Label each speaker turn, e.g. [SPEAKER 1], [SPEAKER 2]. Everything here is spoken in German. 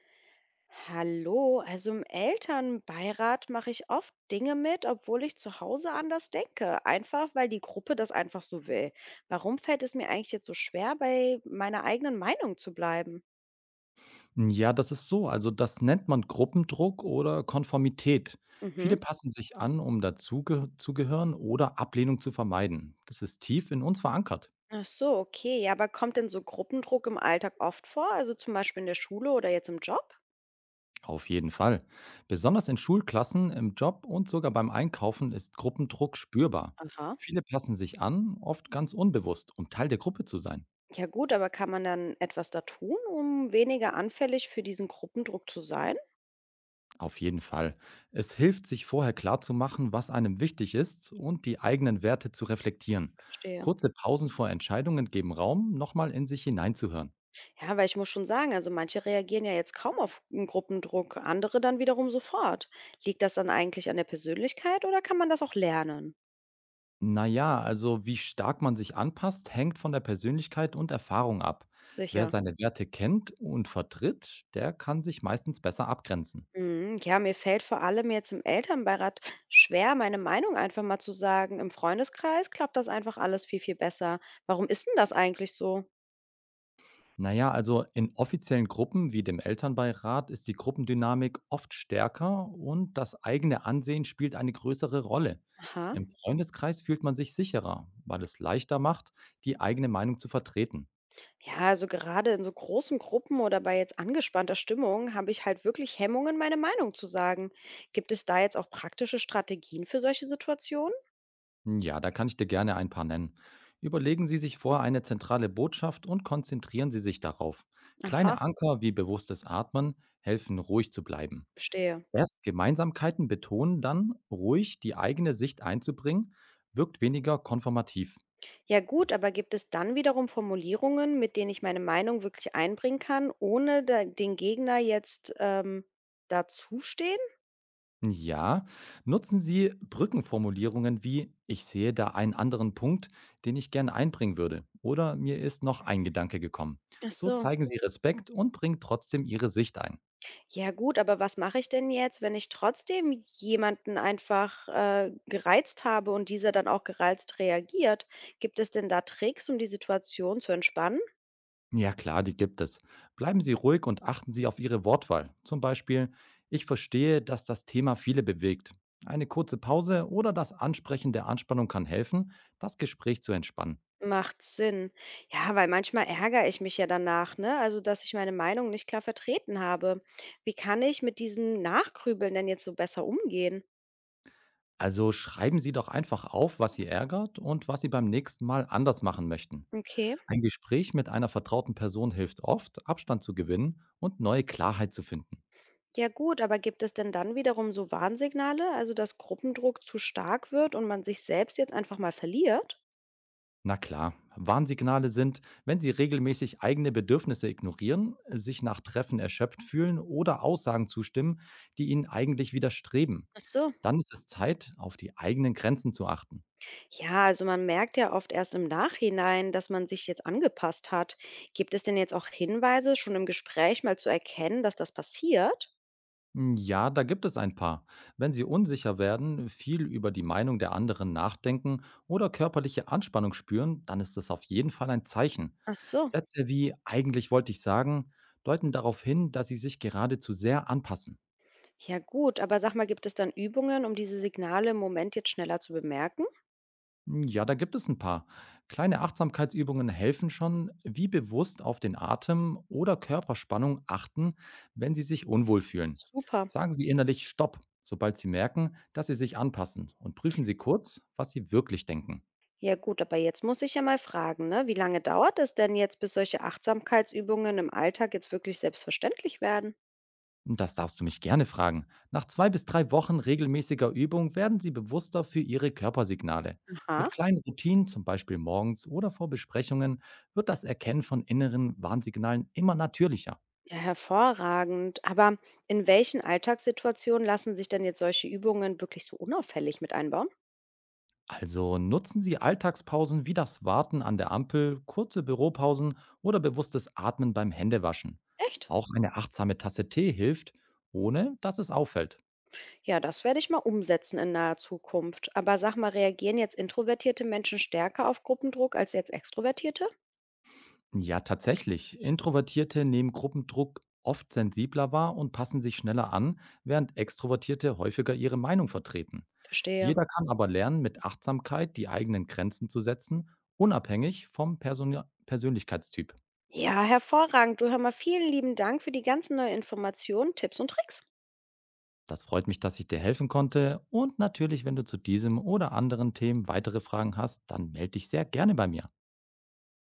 [SPEAKER 1] Hallo, also im Elternbeirat mache ich oft Dinge mit, obwohl ich zu Hause anders denke. Einfach, weil die Gruppe das einfach so will. Warum fällt es mir eigentlich jetzt so schwer, bei meiner eigenen Meinung zu bleiben?
[SPEAKER 2] Ja, das ist so. Also das nennt man Gruppendruck oder Konformität. Viele
[SPEAKER 1] Mhm.
[SPEAKER 2] passen sich an, um dazuge oder Ablehnung zu vermeiden. Das ist tief in uns verankert.
[SPEAKER 1] Ach so, okay. Ja, aber kommt denn so Gruppendruck im Alltag oft vor? Also zum Beispiel in der Schule oder jetzt im Job?
[SPEAKER 2] Auf jeden Fall. Besonders in Schulklassen, im Job und sogar beim Einkaufen ist Gruppendruck spürbar.
[SPEAKER 1] Aha.
[SPEAKER 2] Viele passen sich an, oft ganz unbewusst, um Teil der Gruppe zu sein.
[SPEAKER 1] Ja gut, aber kann man dann etwas da tun, um weniger anfällig für diesen Gruppendruck zu sein?
[SPEAKER 2] Auf jeden Fall. Es hilft, sich vorher klarzumachen, was einem wichtig ist und die eigenen Werte zu reflektieren.
[SPEAKER 1] Verstehe.
[SPEAKER 2] Kurze Pausen vor Entscheidungen geben Raum, nochmal in sich hineinzuhören.
[SPEAKER 1] Ja, weil ich muss schon sagen, also manche reagieren ja jetzt kaum auf 'n Gruppendruck, andere dann wiederum sofort. Liegt das dann eigentlich an der Persönlichkeit oder kann man das auch lernen?
[SPEAKER 2] Naja, also wie stark man sich anpasst, hängt von der Persönlichkeit und Erfahrung ab. Wer
[SPEAKER 1] Sicher.
[SPEAKER 2] seine Werte kennt und vertritt, der kann sich meistens besser abgrenzen.
[SPEAKER 1] Mhm, ja, mir fällt vor allem jetzt im Elternbeirat schwer, meine Meinung einfach mal zu sagen. Im Freundeskreis klappt das einfach alles viel besser. Warum ist denn das eigentlich so?
[SPEAKER 2] Na ja, also in offiziellen Gruppen wie dem Elternbeirat ist die Gruppendynamik oft stärker und das eigene Ansehen spielt eine größere Rolle.
[SPEAKER 1] Aha.
[SPEAKER 2] Im Freundeskreis fühlt man sich sicherer, weil es leichter macht, die eigene Meinung zu vertreten.
[SPEAKER 1] Ja, also gerade in so großen Gruppen oder bei jetzt angespannter Stimmung habe ich halt wirklich Hemmungen, meine Meinung zu sagen. Gibt es da jetzt auch praktische Strategien für solche Situationen?
[SPEAKER 2] Ja, da kann ich dir gerne ein paar nennen. Überlegen Sie sich vorher eine zentrale Botschaft und konzentrieren Sie sich darauf.
[SPEAKER 1] Aha,
[SPEAKER 2] Kleine Anker wie bewusstes Atmen helfen, ruhig zu bleiben.
[SPEAKER 1] verstehe.
[SPEAKER 2] Erst Gemeinsamkeiten betonen, dann ruhig die eigene Sicht einzubringen, wirkt weniger konformativ.
[SPEAKER 1] Ja gut, aber gibt es dann wiederum Formulierungen, mit denen ich meine Meinung wirklich einbringen kann, ohne da, den Gegner jetzt dazustehen?
[SPEAKER 2] Ja, nutzen Sie Brückenformulierungen wie ich sehe da einen anderen Punkt, den ich gerne einbringen würde oder mir ist noch ein Gedanke gekommen.
[SPEAKER 1] Ach
[SPEAKER 2] So
[SPEAKER 1] so.
[SPEAKER 2] zeigen Sie Respekt und bringen trotzdem Ihre Sicht ein.
[SPEAKER 1] Ja gut, aber was mache ich denn jetzt, wenn ich trotzdem jemanden einfach gereizt habe und dieser dann auch gereizt reagiert? Gibt es denn da Tricks, um die Situation zu entspannen?
[SPEAKER 2] Ja klar, die gibt es. Bleiben Sie ruhig und achten Sie auf Ihre Wortwahl. Zum Beispiel, ich verstehe, dass das Thema viele bewegt. Eine kurze Pause oder das Ansprechen der Anspannung kann helfen, das Gespräch zu entspannen.
[SPEAKER 1] Macht Sinn. Ja, weil manchmal ärgere ich mich ja danach, ne? Also, dass ich meine Meinung nicht klar vertreten habe. Wie kann ich mit diesem Nachgrübeln denn jetzt so besser umgehen?
[SPEAKER 2] Also schreiben Sie doch einfach auf, was Sie ärgert und was Sie beim nächsten Mal anders machen möchten.
[SPEAKER 1] Okay.
[SPEAKER 2] Ein Gespräch mit einer vertrauten Person hilft oft, Abstand zu gewinnen und neue Klarheit zu finden.
[SPEAKER 1] Ja gut, aber gibt es denn dann wiederum so Warnsignale, also dass Gruppendruck zu stark wird und man sich selbst jetzt einfach mal verliert?
[SPEAKER 2] Na klar, Warnsignale sind, wenn Sie regelmäßig eigene Bedürfnisse ignorieren, sich nach Treffen erschöpft fühlen oder Aussagen zustimmen, die Ihnen eigentlich widerstreben.
[SPEAKER 1] Ach so.
[SPEAKER 2] Dann ist es Zeit, auf die eigenen Grenzen zu achten.
[SPEAKER 1] Ja, also man merkt ja oft erst im Nachhinein, dass man sich jetzt angepasst hat. Gibt es denn jetzt auch Hinweise, schon im Gespräch mal zu erkennen, dass das passiert?
[SPEAKER 2] Hm, ja, da gibt es ein paar. Wenn Sie unsicher werden, viel über die Meinung der anderen nachdenken oder körperliche Anspannung spüren, dann ist das auf jeden Fall ein Zeichen.
[SPEAKER 1] Ach so.
[SPEAKER 2] Sätze wie eigentlich wollte ich sagen, deuten darauf hin, dass Sie sich gerade zu sehr anpassen.
[SPEAKER 1] Ja gut, aber sag mal, gibt es dann Übungen, um diese Signale im Moment jetzt schneller zu bemerken?
[SPEAKER 2] Hm, ja, da gibt es ein paar. Kleine Achtsamkeitsübungen helfen schon, wie bewusst auf den Atem oder Körperspannung achten, wenn Sie sich unwohl fühlen.
[SPEAKER 1] Super.
[SPEAKER 2] Sagen Sie innerlich „Stopp“, sobald Sie merken, dass Sie sich anpassen, und prüfen Sie kurz, was Sie wirklich denken.
[SPEAKER 1] Ja gut, aber jetzt muss ich ja mal fragen, ne? Wie lange dauert es denn jetzt, bis solche Achtsamkeitsübungen im Alltag jetzt wirklich selbstverständlich werden?
[SPEAKER 2] Und das darfst du mich gerne fragen. Nach 2 bis 3 Wochen regelmäßiger Übung werden Sie bewusster für Ihre Körpersignale.
[SPEAKER 1] Aha.
[SPEAKER 2] Mit kleinen Routinen, zum Beispiel morgens oder vor Besprechungen, wird das Erkennen von inneren Warnsignalen immer natürlicher.
[SPEAKER 1] Ja, hervorragend. Aber in welchen Alltagssituationen lassen sich denn jetzt solche Übungen wirklich so unauffällig mit einbauen?
[SPEAKER 2] Also nutzen Sie Alltagspausen wie das Warten an der Ampel, kurze Büropausen oder bewusstes Atmen beim Händewaschen.
[SPEAKER 1] Echt?
[SPEAKER 2] Auch eine achtsame Tasse Tee hilft, ohne dass es auffällt.
[SPEAKER 1] Ja, das werde ich mal umsetzen in naher Zukunft. Aber sag mal, reagieren jetzt introvertierte Menschen stärker auf Gruppendruck als jetzt extrovertierte?
[SPEAKER 2] Ja, tatsächlich. Introvertierte nehmen Gruppendruck oft sensibler wahr und passen sich schneller an, während Extrovertierte häufiger ihre Meinung vertreten.
[SPEAKER 1] Verstehe.
[SPEAKER 2] Jeder kann aber lernen, mit Achtsamkeit die eigenen Grenzen zu setzen, unabhängig vom Persönlichkeitstyp.
[SPEAKER 1] Ja, hervorragend. Du hör mal, vielen lieben Dank für die ganzen neuen Informationen, Tipps und Tricks.
[SPEAKER 2] Das freut mich, dass ich dir helfen konnte. Und natürlich, wenn du zu diesem oder anderen Themen weitere Fragen hast, dann melde dich sehr gerne bei mir.